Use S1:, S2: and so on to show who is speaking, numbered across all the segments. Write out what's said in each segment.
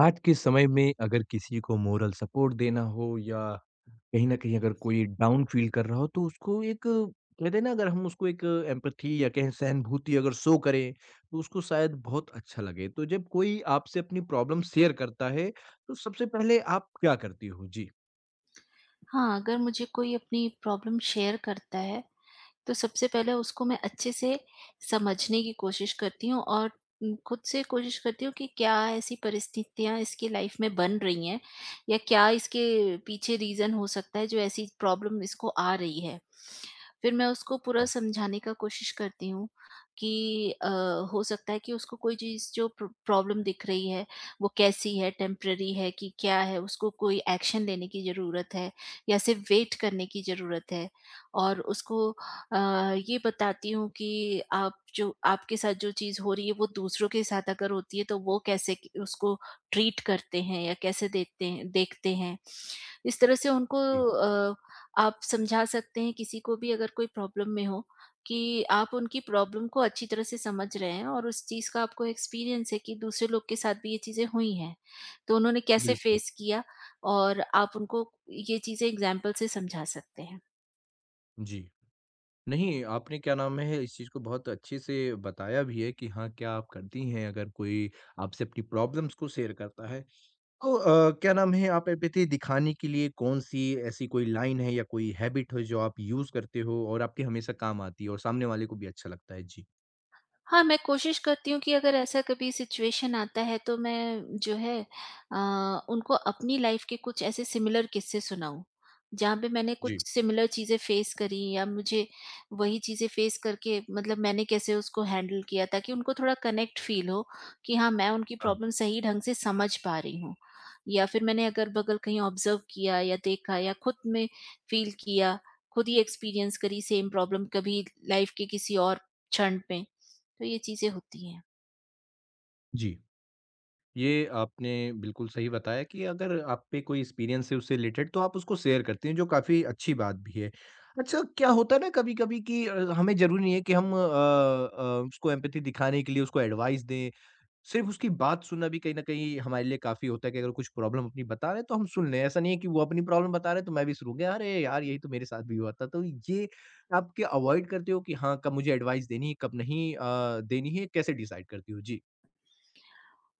S1: आज के समय में अगर किसी को मोरल सपोर्ट देना हो या कहीं न कहीं अगर कोई डाउन फील कर रहा हो तो उसको एक कहते हैं ना अगर हम उसको एक एम्पैथी या कहें सहानुभूति अगर शो करें, तो उसको शायद बहुत अच्छा लगे। तो जब कोई आपसे अपनी प्रॉब्लम शेयर करता है, तो सबसे पहले आप क्या करती हो? जी।
S2: हाँ, अगर मुझे कोई अपनी प्रॉब्लम शेयर करता है, तो सबसे पहले उसको मैं अच्छे से समझने की कोशिश करती हूँ और खुद से कोशिश करती हूँ कि क्या ऐसी परिस्थितियाँ इसकी लाइफ में बन रही हैं या क्या इसके पीछे रीज़न हो सकता है जो ऐसी प्रॉब्लम इसको आ रही है। फिर मैं उसको पूरा
S1: हाँ,
S2: समझाने का कोशिश करती हूँ कि हो सकता है कि उसको कोई चीज़ जो प्रॉब्लम दिख रही है वो कैसी है, टेम्पररी है कि क्या है, उसको कोई एक्शन लेने की ज़रूरत है या सिर्फ वेट करने की ज़रूरत है। और उसको ये बताती हूँ कि आप, जो आपके साथ जो चीज़ हो रही है, वो दूसरों के साथ अगर होती है तो वो कैसे उसको ट्रीट करते हैं या कैसे देते हैं देखते हैं। इस तरह से उनको
S1: जी,
S2: आप समझा सकते हैं किसी को भी, अगर कोई प्रॉब्लम में हो, कि आप उनकी प्रॉब्लम को अच्छी तरह से समझ रहे हैं और उस चीज़ का आपको एक्सपीरियंस है कि दूसरे लोग के साथ भी ये चीज़ें हुई हैं। तो उन्होंने कैसे
S1: बिल्कुल।
S2: फेस किया और आप उनको ये चीज़ें एग्ज़ाम्पल से समझा सकते हैं।
S1: जी। नहीं, आपने क्या नाम है इस चीज़ को बहुत अच्छे से बताया भी है कि हाँ, क्या आप करती हैं अगर कोई आपसे अपनी प्रॉब्लम्स को शेयर करता है। तो क्या नाम है, आप एम्पैथी दिखाने के लिए कौन-सी ऐसी कोई लाइन है या कोई हैबिट है जो आप यूज़ करते हो और आपके हमेशा काम आती है और सामने वाले को भी अच्छा लगता है? जी।
S2: हाँ, मैं कोशिश करती हूँ कि अगर ऐसा कभी सिचुएशन आता है, तो मैं जो है उनको अपनी लाइफ के कुछ ऐसे सिमिलर किस्से सुनाऊँ, जहाँ पे मैंने कुछ
S1: जी।
S2: सिमिलर चीज़ें फ़ेस करी या मुझे वही चीज़ें फ़ेस करके मतलब मैंने कैसे उसको हैंडल किया, ताकि उनको थोड़ा कनेक्ट फ़ील हो कि हाँ, मैं उनकी
S1: हाँ,
S2: प्रॉब्लम सही ढंग से समझ पा रही हूँ। या फिर मैंने अगल-बगल कहीं ऑब्ज़र्व किया या देखा या खुद में फ़ील किया, खुद ही एक्सपीरियंस करी सेम प्रॉब्लम कभी लाइफ के किसी और क्षण पे। तो ये चीज़ें होती हैं।
S1: जी। ये आपने बिल्कुल सही बताया कि अगर आप पे कोई एक्सपीरियंस है उससे रिलेटेड तो आप उसको शेयर करते हैं जो काफ़ी अच्छी बात भी है। अच्छा क्या होता है ना कभी-कभी कि हमें ज़रूरी नहीं है कि हम उसको एम्पैथी दिखाने के लिए उसको एडवाइस दें। सिर्फ़ उसकी बात सुनना भी कहीं न कहीं हमारे लिए काफ़ी होता है कि अगर कुछ प्रॉब्लम अपनी बता रहे हैं तो हम सुन लें। ऐसा नहीं है कि वो अपनी प्रॉब्लम बता रहे हैं तो मैं भी शुरू हो गया, "अरे यार! यही तो मेरे साथ भी हुआ था।" तो ये आप क्या अवॉइड करते हो कि हाँ, कब मुझे एडवाइस देनी है, कब नहीं देनी है, कैसे डिसाइड करती हो? जी।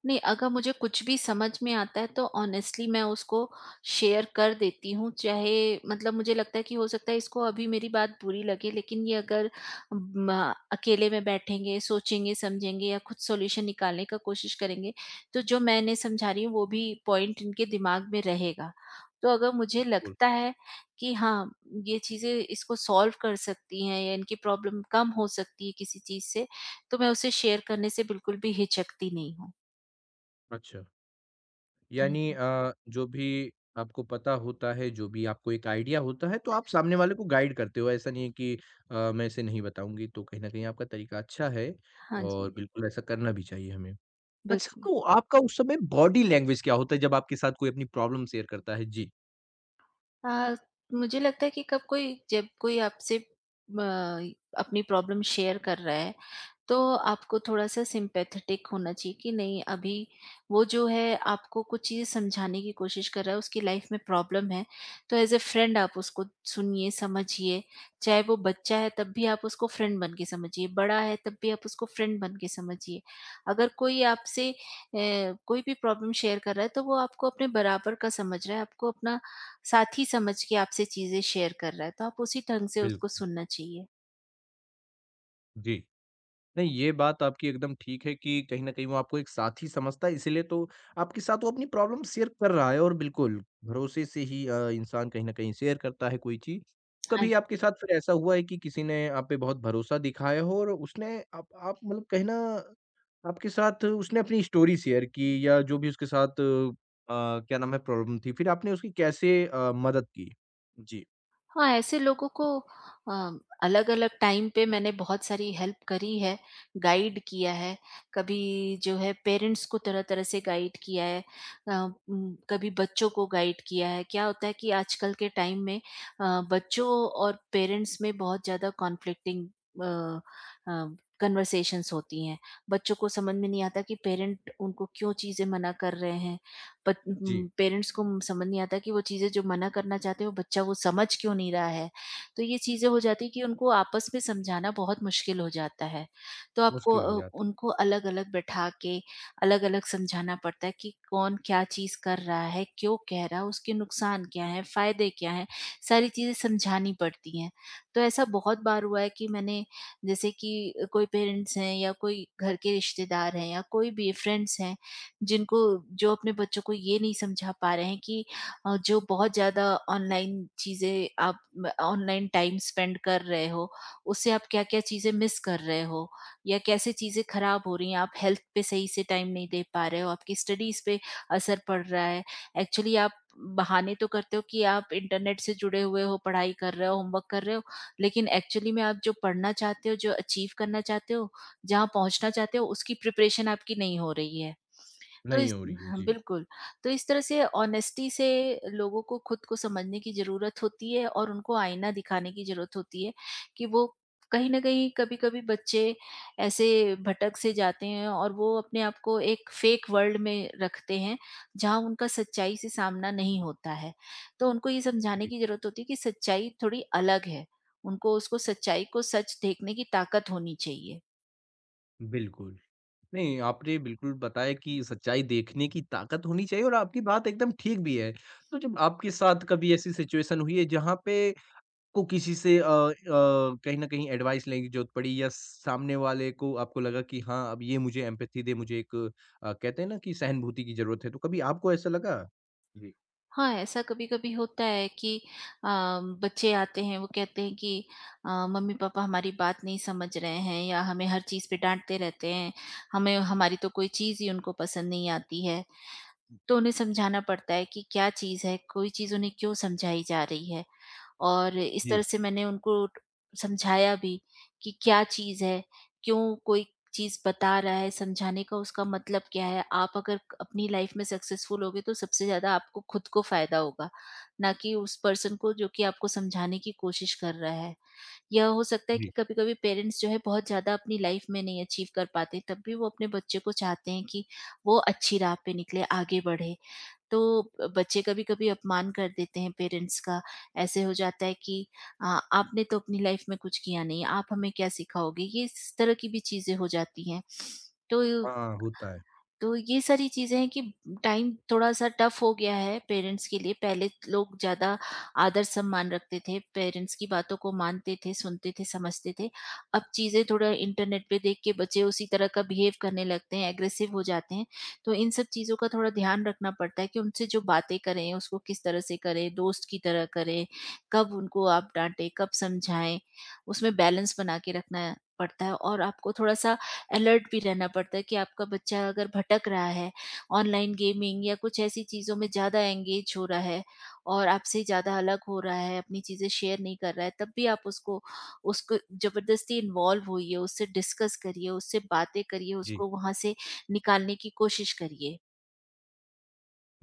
S2: नहीं, अगर मुझे कुछ भी समझ में आता है तो ऑनेस्टली मैं उसको शेयर कर देती हूँ, चाहे मतलब मुझे लगता है कि हो सकता है इसको अभी मेरी बात बुरी लगे, लेकिन ये अगर म अकेले में बैठेंगे, सोचेंगे, समझेंगे या खुद सॉल्यूशन निकालने का कोशिश करेंगे, तो जो मैं इन्हें समझा रही हूँ वो भी पॉइंट इनके दिमाग में रहेगा। तो अगर मुझे
S1: बिल्कुल,
S2: लगता है कि हाँ, ये चीज़ें इसको सॉल्व कर सकती हैं या इनकी प्रॉब्लम कम हो सकती है किसी चीज़ से, तो मैं उसे शेयर करने से बिल्कुल भी हिचकती नहीं हूँ।
S1: अच्छा।
S2: हाँ
S1: यानी
S2: जी।
S1: जो भी आपको पता होता है, जो भी आपको एक आइडिया होता है तो आप सामने वाले को गाइड करते हो। ऐसा नहीं है कि मैं इसे नहीं बताऊँगी, तो कहीं न कहीं आपका तरीका अच्छा है
S2: हाँ
S1: और
S2: जी।
S1: बिल्कुल ऐसा करना भी चाहिए हमें। अच्छा,
S2: बिल्कुल।
S1: तो आपका उस समय बॉडी लैंग्वेज क्या होता है जब आपके साथ कोई अपनी प्रॉब्लम शेयर करता है? जी,
S2: अ, मुझे लगता है कि कब कोई जब कोई आपसे अपनी प्रॉब्लम शेयर कर रहा है, तो आपको थोड़ा-सा सिम्पैथेटिक होना चाहिए कि नहीं, अभी वो जो है आपको कुछ चीज़ें समझाने की कोशिश कर रहा है, उसकी लाइफ़ में प्रॉब्लम है, तो एज़ अ फ्रेंड आप उसको सुनिए, समझिए। चाहे वो बच्चा है तब भी आप उसको फ्रेंड बन के समझिए, बड़ा है तब भी आप उसको फ्रेंड बन के समझिए। अगर कोई आपसे कोई भी प्रॉब्लम शेयर कर रहा है, तो वो आपको अपने बराबर का समझ रहा है, आपको अपना साथी समझ के आपसे चीज़ें शेयर कर रहा है, तो आप उसी ढंग से उसको
S1: बिल्कुल।
S2: सुनना चाहिए।
S1: जी। नहीं, ये बात आपकी एकदम ठीक है कि कहीं न कहीं वो आपको एक साथी समझता है, इसीलिए तो आपके साथ वो अपनी प्रॉब्लम शेयर कर रहा है और बिल्कुल, भरोसे से ही इंसान कहीं न कहीं शेयर करता है कोई चीज़। कभी आपके साथ फिर ऐसा हुआ है कि किसी ने आप पे बहुत भरोसा दिखाया हो और उसने आप मतलब कहीं ना आपके साथ उसने अपनी स्टोरी शेयर की या जो भी उसके साथ क्या नाम है प्रॉब्लम थी, फिर आपने उसकी कैसे मदद की? जी।
S2: हाँ, ऐसे लोगों को अ, अलग-अलग टाइम पे मैंने बहुत सारी हेल्प करी है, गाइड किया है। कभी जो है पेरेंट्स को तरह-तरह से गाइड किया है, अ, कभी बच्चों को गाइड किया है। क्या होता है कि आजकल के टाइम में बच्चों और पेरेंट्स में बहुत ज़्यादा कॉन्फ्लिक्टिंग अ कन्वर्सेशंस होती हैं। बच्चों को समझ में नहीं आता कि पेरेंट उनको क्यों चीज़ें मना कर रहे हैं। बट
S1: जी,
S2: पेरेंट्स को समझ नहीं आता कि वो चीज़ें जो मना करना चाहते हैं वो बच्चा वो समझ क्यों नहीं रहा है। तो ये चीज़ें हो जाती है कि उनको आपस में समझाना बहुत मुश्किल हो जाता है। तो आपको
S1: मुश्किल हो जाती।
S2: उनको अलग-अलग बैठा के अलग-अलग समझाना पड़ता है कि कौन क्या चीज़ कर रहा है, क्यों कह रहा है, उसके नुकसान क्या हैं, फ़ायदे क्या हैं, सारी चीज़ें समझानी पड़ती हैं। तो ऐसा बहुत बार हुआ है कि मैंने, जैसे कि कोई पेरेंट्स हैं या कोई घर के रिश्तेदार हैं या कोई भी फ्रेंड्स हैं, जिनको, जो अपने बच्चों को ये नहीं समझा पा रहे हैं कि जो बहुत ज़्यादा ऑनलाइन चीज़ें आप ऑनलाइन टाइम स्पेंड कर रहे हो, उससे आप क्या-क्या चीज़ें मिस कर रहे हो या कैसे चीज़ें खराब हो रही हैं, आप हेल्थ पे सही से टाइम नहीं दे पा रहे हो, आपकी स्टडीज़ पे असर पड़ रहा है। एक्चुअली आप बहाने तो करते हो कि आप इंटरनेट से जुड़े हुए हो, पढ़ाई कर रहे हो, होमवर्क कर रहे हो, लेकिन एक्चुअली में आप जो पढ़ना चाहते हो, जो अचीव करना चाहते हो, जहाँ पहुँचना चाहते हो, उसकी प्रिपरेशन आपकी नहीं हो रही है। तो
S1: नहीं
S2: इस
S1: हो रही है,
S2: हाँ,
S1: जी।
S2: बिल्कुल। तो इस तरह से ऑनेस्टी से लोगों को खुद को समझने की ज़रूरत होती है और उनको आईना दिखाने की ज़रूरत होती है कि वो, कहीं न कहीं कभी-कभी बच्चे ऐसे भटक से जाते हैं और वो अपने आप को एक फ़ेक वर्ल्ड में रखते हैं, जहाँ उनका सच्चाई से सामना नहीं होता है। तो उनको ये समझाने
S1: जी,
S2: की ज़रूरत होती है कि सच्चाई थोड़ी अलग है। उनको, उसको सच्चाई को सच देखने की ताकत होनी चाहिए।
S1: बिल्कुल। नहीं, आपने बिल्कुल बताया कि सच्चाई देखने की ताकत होनी चाहिए और आपकी बात एकदम ठीक भी है। तो जब आपके साथ कभी ऐसी सिचुएशन हुई है जहाँ पे को किसी से कहीं न कहीं एडवाइस लेने की ज़रूरत पड़ी या सामने वाले को आपको लगा कि हाँ, अब ये मुझे एम्पैथी दे, मुझे एक कहते हैं ना कि सहानुभूति की ज़रूरत है, तो कभी आपको ऐसा लगा? जी।
S2: हाँ, ऐसा कभी-कभी होता है कि अ, बच्चे आते हैं, वो कहते हैं कि मम्मी-पापा हमारी बात नहीं समझ रहे हैं या हमें हर चीज़ पे डाँटते रहते हैं, हमें, हमारी तो कोई चीज़ ही उनको पसंद नहीं आती है। तो उन्हें समझाना पड़ता है कि क्या चीज़ है, कोई चीज़ उन्हें क्यों समझाई जा रही है। और इस
S1: जी,
S2: तरह से मैंने उनको समझाया भी कि क्या चीज़ है, क्यों कोई चीज़ बता रहा है, समझाने का उसका मतलब क्या है। आप अगर अपनी लाइफ में सक्सेसफुल होगे तो सबसे ज़्यादा आपको खुद को फ़ायदा होगा, ना कि उस पर्सन को जो कि आपको समझाने की कोशिश कर रहा है। यह हो सकता है कि
S1: जी।
S2: कभी-कभी पेरेंट्स जो है बहुत ज़्यादा अपनी लाइफ में नहीं अचीव कर पाते, तब भी वो अपने बच्चे को चाहते हैं कि वो अच्छी राह पे निकले, आगे बढ़े। तो बच्चे कभी-कभी अपमान कर देते हैं पेरेंट्स का। ऐसे हो जाता है कि अ, आपने तो अपनी लाइफ में कुछ किया नहीं, आप हमें क्या सिखाओगे? ये इस तरह की भी चीज़ें हो जाती हैं। तो
S1: हाँ, होता है।
S2: तो ये सारी चीज़ें हैं कि टाइम थोड़ा-सा टफ हो गया है पेरेंट्स के लिए। पहले लोग ज़्यादा आदर-सम्मान रखते थे, पेरेंट्स की बातों को मानते थे, सुनते थे, समझते थे। अब चीज़ें थोड़ा इंटरनेट पे देख के बच्चे उसी तरह का बिहेव करने लगते हैं, एग्रेसिव हो जाते हैं। तो इन सब चीज़ों का थोड़ा ध्यान रखना पड़ता है कि उनसे जो बातें करें, उसको किस तरह से करें, दोस्त की तरह करें, कब उनको आप डाँटें, कब समझाएँ, उसमें बैलेंस बना के रखना पड़ता है। और आपको थोड़ा-सा अलर्ट भी रहना पड़ता है कि आपका बच्चा अगर भटक रहा है, ऑनलाइन गेमिंग या कुछ ऐसी चीज़ों में ज़्यादा एंगेज हो रहा है और आपसे ज़्यादा अलग हो रहा है, अपनी चीज़ें शेयर नहीं कर रहा है, तब भी आप उसको उसको ज़बरदस्ती इन्वॉल्व होइए, उससे डिस्कस करिए, उससे बातें करिए,
S1: जी।
S2: उसको वहाँ से निकालने की कोशिश करिए।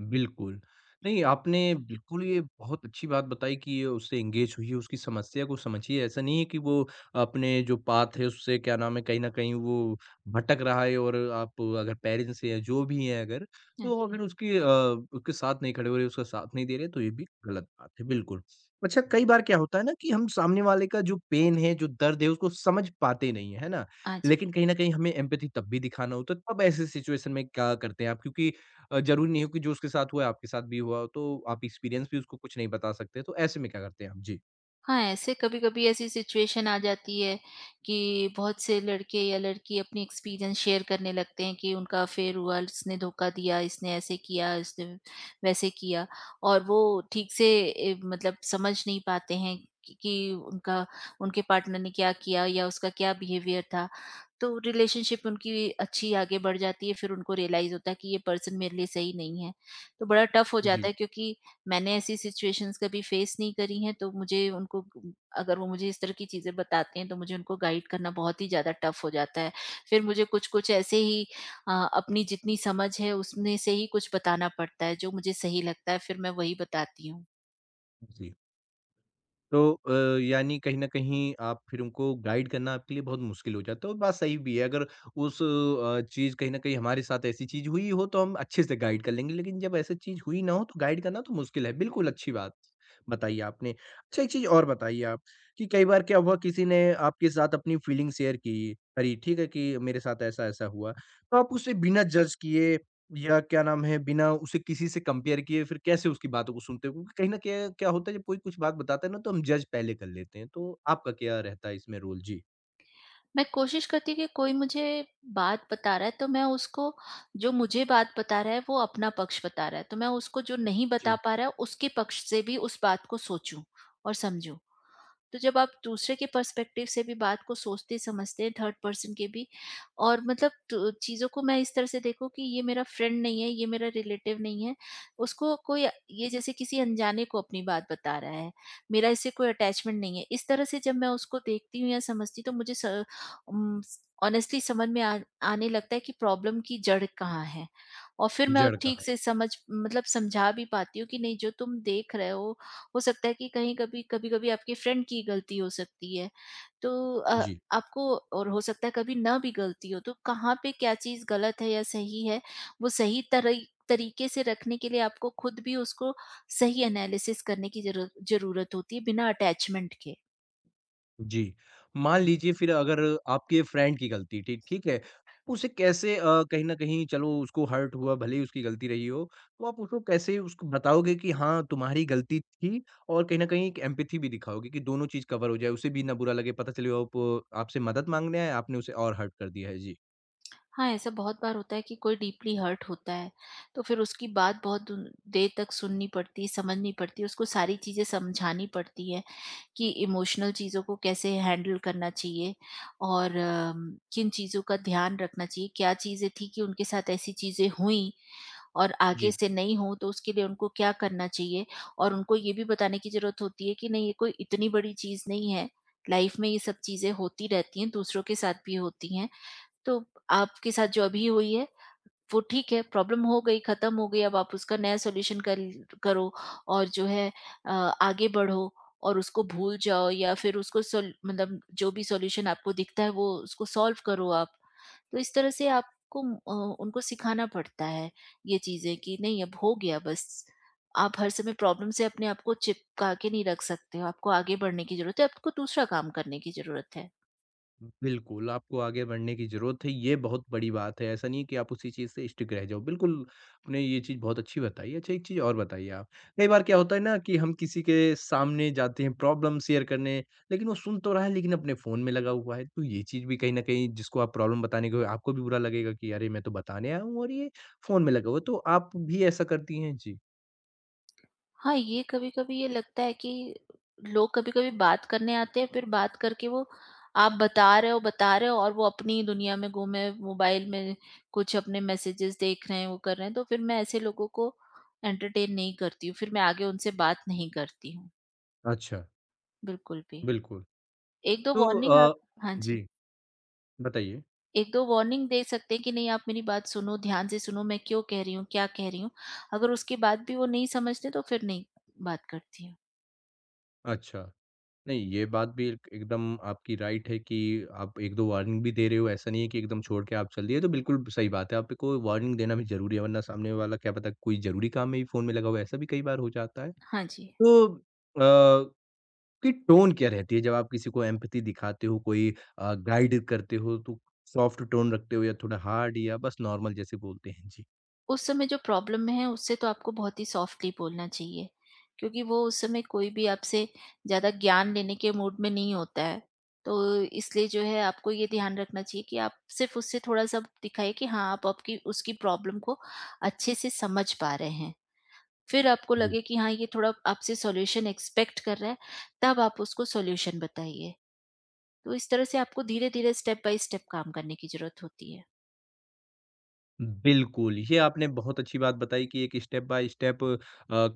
S1: बिल्कुल। नहीं, आपने बिल्कुल ये बहुत अच्छी बात बताई कि ये उससे एंगेज हुई है, उसकी समस्या को समझिए। ऐसा नहीं है कि वो अपने जो पाथ है उससे क्या नाम है कहीं न कहीं वो भटक रहा है और आप अगर पेरेंट्स हैं, जो भी हैं अगर,
S2: हाँ
S1: तो
S2: जी।
S1: अगर उसकी उसके साथ नहीं खड़े हो रहे, उसका साथ नहीं दे रहे तो ये भी गलत बात है, बिल्कुल। अच्छा कई बार क्या होता है ना कि हम सामने वाले का जो पेन है, जो दर्द है उसको समझ पाते नहीं हैं, है ना?
S2: हाँ जी।
S1: लेकिन कहीं न कहीं हमें एम्पैथी तब भी दिखाना होता है, तब ऐसे सिचुएशन में क्या करते हैं आप? क्योंकि ज़रूरी नहीं हो कि जो उसके साथ हुआ है, आपके साथ भी हुआ हो, तो आप एक्सपीरियंस भी उसको कुछ नहीं बता सकते, तो ऐसे में क्या करते हैं आप? जी।
S2: हाँ, ऐसे कभी-कभी ऐसी सिचुएशन आ जाती है कि बहुत से लड़के या लड़की अपनी एक्सपीरियंस शेयर करने लगते हैं कि उनका अफ़ेयर हुआ, इसने धोखा दिया, इसने ऐसे किया, इसने वैसे किया और वो ठीक से मतलब समझ नहीं पाते हैं कि उनका उनके पार्टनर ने क्या किया या उसका क्या बिहेवियर था। तो रिलेशनशिप उनकी अच्छी आगे बढ़ जाती है, फिर उनको रियलाइज़ होता है कि ये पर्सन मेरे लिए सही नहीं है। तो बड़ा टफ़ हो जाता
S1: जी,
S2: है क्योंकि मैंने ऐसी सिचुएशंस कभी फेस नहीं करी हैं, तो मुझे उनको, अगर वो मुझे इस तरह की चीज़ें बताते हैं तो मुझे उनको गाइड करना बहुत ही ज़्यादा टफ हो जाता है। फिर मुझे कुछ-कुछ ऐसे ही अपनी जितनी समझ है उसमें से ही कुछ बताना पड़ता है जो मुझे सही लगता है, फिर मैं वही बताती हूँ।
S1: जी। तो यानी कहीं न कहीं आप फिर उनको गाइड करना आपके लिए बहुत मुश्किल हो जाता है और बात सही भी है। अगर उस चीज़ कहीं न कहीं हमारे साथ ऐसी चीज़ हुई हो तो हम अच्छे से गाइड कर लेंगे, लेकिन जब ऐसी चीज़ हुई ना हो तो गाइड करना तो मुश्किल है। बिल्कुल अच्छी बात बताई आपने। अच्छा एक चीज़ और बताइए आप कि कई बार क्या हुआ किसी ने आपके साथ अपनी फीलिंग शेयर की, करी ठीक है कि मेरे साथ ऐसा-ऐसा हुआ। तो आप उसे बिना जज किए या क्या नाम है, बिना उसे किसी से कंपेयर किए फिर कैसे उसकी बातों को सुनते हो? क्योंकि कहीं न कहीं क्या होता है जब कोई कुछ बात बताता है ना तो हम जज पहले कर लेते हैं। तो आपका क्या रहता है इसमें रोल? जी।
S2: मैं कोशिश करती हूँ कि कोई मुझे बात बता रहा है तो मैं उसको, जो मुझे बात बता रहा है वो अपना पक्ष बता रहा है, तो मैं उसको जो नहीं बता
S1: जी।
S2: पा रहा है उसके पक्ष से भी उस बात को सोचूँ और समझूँ। तो जब आप दूसरे के पर्सपेक्टिव से भी बात को सोचते समझते हैं, थर्ड पर्सन के भी, और मतलब, तो चीज़ों को मैं इस तरह से देखूँ कि ये मेरा फ्रेंड नहीं है, ये मेरा रिलेटिव नहीं है, उसको कोई, ये जैसे किसी अनजाने को अपनी बात बता रहा है, मेरा इससे कोई अटैचमेंट नहीं है। इस तरह से जब मैं उसको देखती हूँ या समझती हूँ, तो मुझे ऑनेस्टली समझ में आने लगता है कि प्रॉब्लम की जड़ कहाँ है, और फिर मैं
S1: जड़ का।
S2: ठीक से समझ, मतलब समझा भी पाती हूँ कि नहीं, जो तुम देख रहे हो सकता है कि कहीं, कभी, कभी-कभी आपके फ्रेंड की गलती हो सकती है। तो अ,
S1: जी।
S2: आपको, और हो सकता है कभी ना भी गलती हो, तो कहाँ पे क्या चीज़ गलत है या सही है, वो सही तरीके से रखने के लिए आपको खुद भी उसको सही एनालिसिस करने की ज़रूरत होती है, बिना अटैचमेंट के।
S1: जी। मान लीजिए फिर अगर आपके फ्रेंड की गलती थी, ठीक है? उसे कैसे कहीं न कहीं चलो उसको हर्ट हुआ भले ही उसकी गलती रही हो, तो आप उसको कैसे उसको बताओगे कि हाँ, तुम्हारी गलती थी और कहीं न कहीं एक एम्पैथी भी दिखाओगे कि दोनों चीज़ कवर हो जाए, उसे भी ना बुरा लगे, पता चले वो आप आपसे मदद माँगने आया, आपने उसे और हर्ट कर दिया है? जी।
S2: हाँ, ऐसा बहुत बार होता है कि कोई डीपली हर्ट होता है, तो फिर उसकी बात बहुत देर तक सुननी पड़ती है, समझनी पड़ती है, उसको सारी चीज़ें समझानी पड़ती है कि इमोशनल चीज़ों को कैसे हैंडल करना चाहिए और किन चीज़ों का ध्यान रखना चाहिए, क्या चीज़ें थी कि उनके साथ ऐसी चीज़ें हुईं और आगे
S1: जी।
S2: से नहीं हो तो उसके लिए उनको क्या करना चाहिए। और उनको ये भी बताने की ज़रूरत होती है कि नहीं, ये कोई इतनी बड़ी चीज़ नहीं है, लाइफ में ये सब चीज़ें होती रहती हैं, दूसरों के साथ भी होती हैं। तो आपके साथ जो अभी हुई है वो ठीक है, प्रॉब्लम हो गई, ख़त्म हो गई, अब आप उसका नया सॉल्यूशन कर करो और जो है आगे बढ़ो और उसको भूल जाओ, या फिर उसको सोल मतलब जो भी सॉल्यूशन आपको दिखता है वो उसको सॉल्व करो आप। तो इस तरह से आपको उनको सिखाना पड़ता है ये चीज़ें कि नहीं, अब हो गया बस। आप हर समय प्रॉब्लम से अपने आप को चिपका के नहीं रख सकते हो, आपको आगे बढ़ने की ज़रूरत है, आपको दूसरा काम करने की ज़रूरत है।
S1: बिल्कुल, आपको आगे बढ़ने की ज़रूरत है, ये बहुत बड़ी बात है। ऐसा नहीं है कि आप उसी चीज़ से स्टिक रह जाओ। बिल्कुल, आपने ये चीज़ बहुत अच्छी बताई। अच्छा, एक चीज़ और बताइए आप, कई बार क्या होता है ना कि हम किसी के सामने जाते हैं प्रॉब्लम शेयर करने, लेकिन वो सुन तो रहा है लेकिन अपने फ़ोन में लगा हुआ है। तो ये चीज़ भी कहीं न कहीं जिसको आप प्रॉब्लम बताने गए, आपको भी बुरा लगेगा कि अरे! मैं तो बताने आया हूँ और ये फ़ोन में लगा हुआ है। तो आप भी ऐसा करती हैं? जी।
S2: हाँ, ये कभी-कभी ये लगता है कि लोग कभी-कभी बात करने आते हैं, फिर बात करके वो, आप बता रहे हो, बता रहे हो, और वो अपनी दुनिया में गुम है, मोबाइल में कुछ अपने मैसेजेस देख रहे हैं, वो कर रहे हैं, तो फिर मैं ऐसे लोगों को एंटरटेन नहीं करती हूँ, फिर मैं आगे उनसे बात नहीं करती हूँ,
S1: अच्छा,
S2: बिल्कुल भी।
S1: बिल्कुल।
S2: 1-2
S1: तो
S2: वार्निंग आप, हाँ जी,
S1: जी, बताइए।
S2: 1-2 वार्निंग दे सकते हैं कि नहीं, आप मेरी बात सुनो, ध्यान से सुनो, मैं क्यों कह रही हूँ, क्या कह रही हूँ। अगर उसके बाद भी वो नहीं समझते तो फिर नहीं बात करती हूँ।
S1: अच्छा। नहीं, ये बात भी एक एकदम आपकी राइट है कि आप 1-2 वार्निंग भी दे रहे हो, ऐसा नहीं है कि एकदम छोड़ के आप चल दिए, तो बिल्कुल सही बात है, आपको वार्निंग देना भी ज़रूरी है, वरना सामने वाला क्या पता कोई ज़रूरी काम में ही फ़ोन में लगा हुआ है, ऐसा भी कई बार हो जाता है।
S2: हाँ जी।
S1: तो अ, कि टोन क्या रहती है जब आप किसी को एम्पैथी दिखाते हो, कोई गाइड करते हो, तो सॉफ्ट टोन रखते हो या थोड़ा हार्ड या बस नॉर्मल जैसे बोलते हैं? जी।
S2: उस समय जो प्रॉब्लम में है उससे तो आपको बहुत ही सॉफ्टली बोलना चाहिए, क्योंकि वो उस समय कोई भी आपसे ज़्यादा ज्ञान लेने के मूड में नहीं होता है। तो इसलिए जो है आपको ये ध्यान रखना चाहिए कि आप सिर्फ़ उससे थोड़ा-सा दिखाइए कि हाँ, आप, आपकी, उसकी प्रॉब्लम को अच्छे से समझ पा रहे हैं। फिर आपको
S1: जी।
S2: लगे कि हाँ, ये थोड़ा आपसे सॉल्यूशन एक्सपेक्ट कर रहा है, तब आप उसको सॉल्यूशन बताइए। तो इस तरह से आपको धीरे-धीरे, स्टेप बाय स्टेप काम करने की ज़रूरत होती है।
S1: बिल्कुल, ये आपने बहुत अच्छी बात बताई कि एक स्टेप बाय स्टेप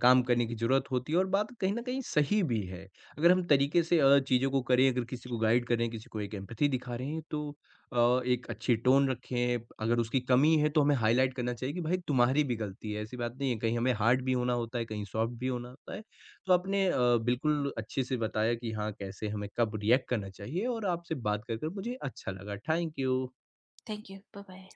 S1: काम करने की ज़रूरत होती है और बात कहीं न कहीं सही भी है। अगर हम तरीके से चीज़ों को करें, अगर किसी को गाइड कर रहे हैं, किसी को एक एम्पैथी दिखा रहे हैं तो एक अच्छी टोन रखें, अगर उसकी कमी है तो हमें हाइलाइट करना चाहिए कि भाई तुम्हारी भी गलती है, ऐसी बात नहीं है, कहीं हमें हार्ड भी होना होता है, कहीं सॉफ्ट भी होना होता है। तो आपने बिल्कुल अच्छे से बताया कि हाँ, कैसे हमें कब रिएक्ट करना चाहिए और आपसे बात कर कर मुझे अच्छा लगा। Thank you.
S2: Thank you. Bye-bye.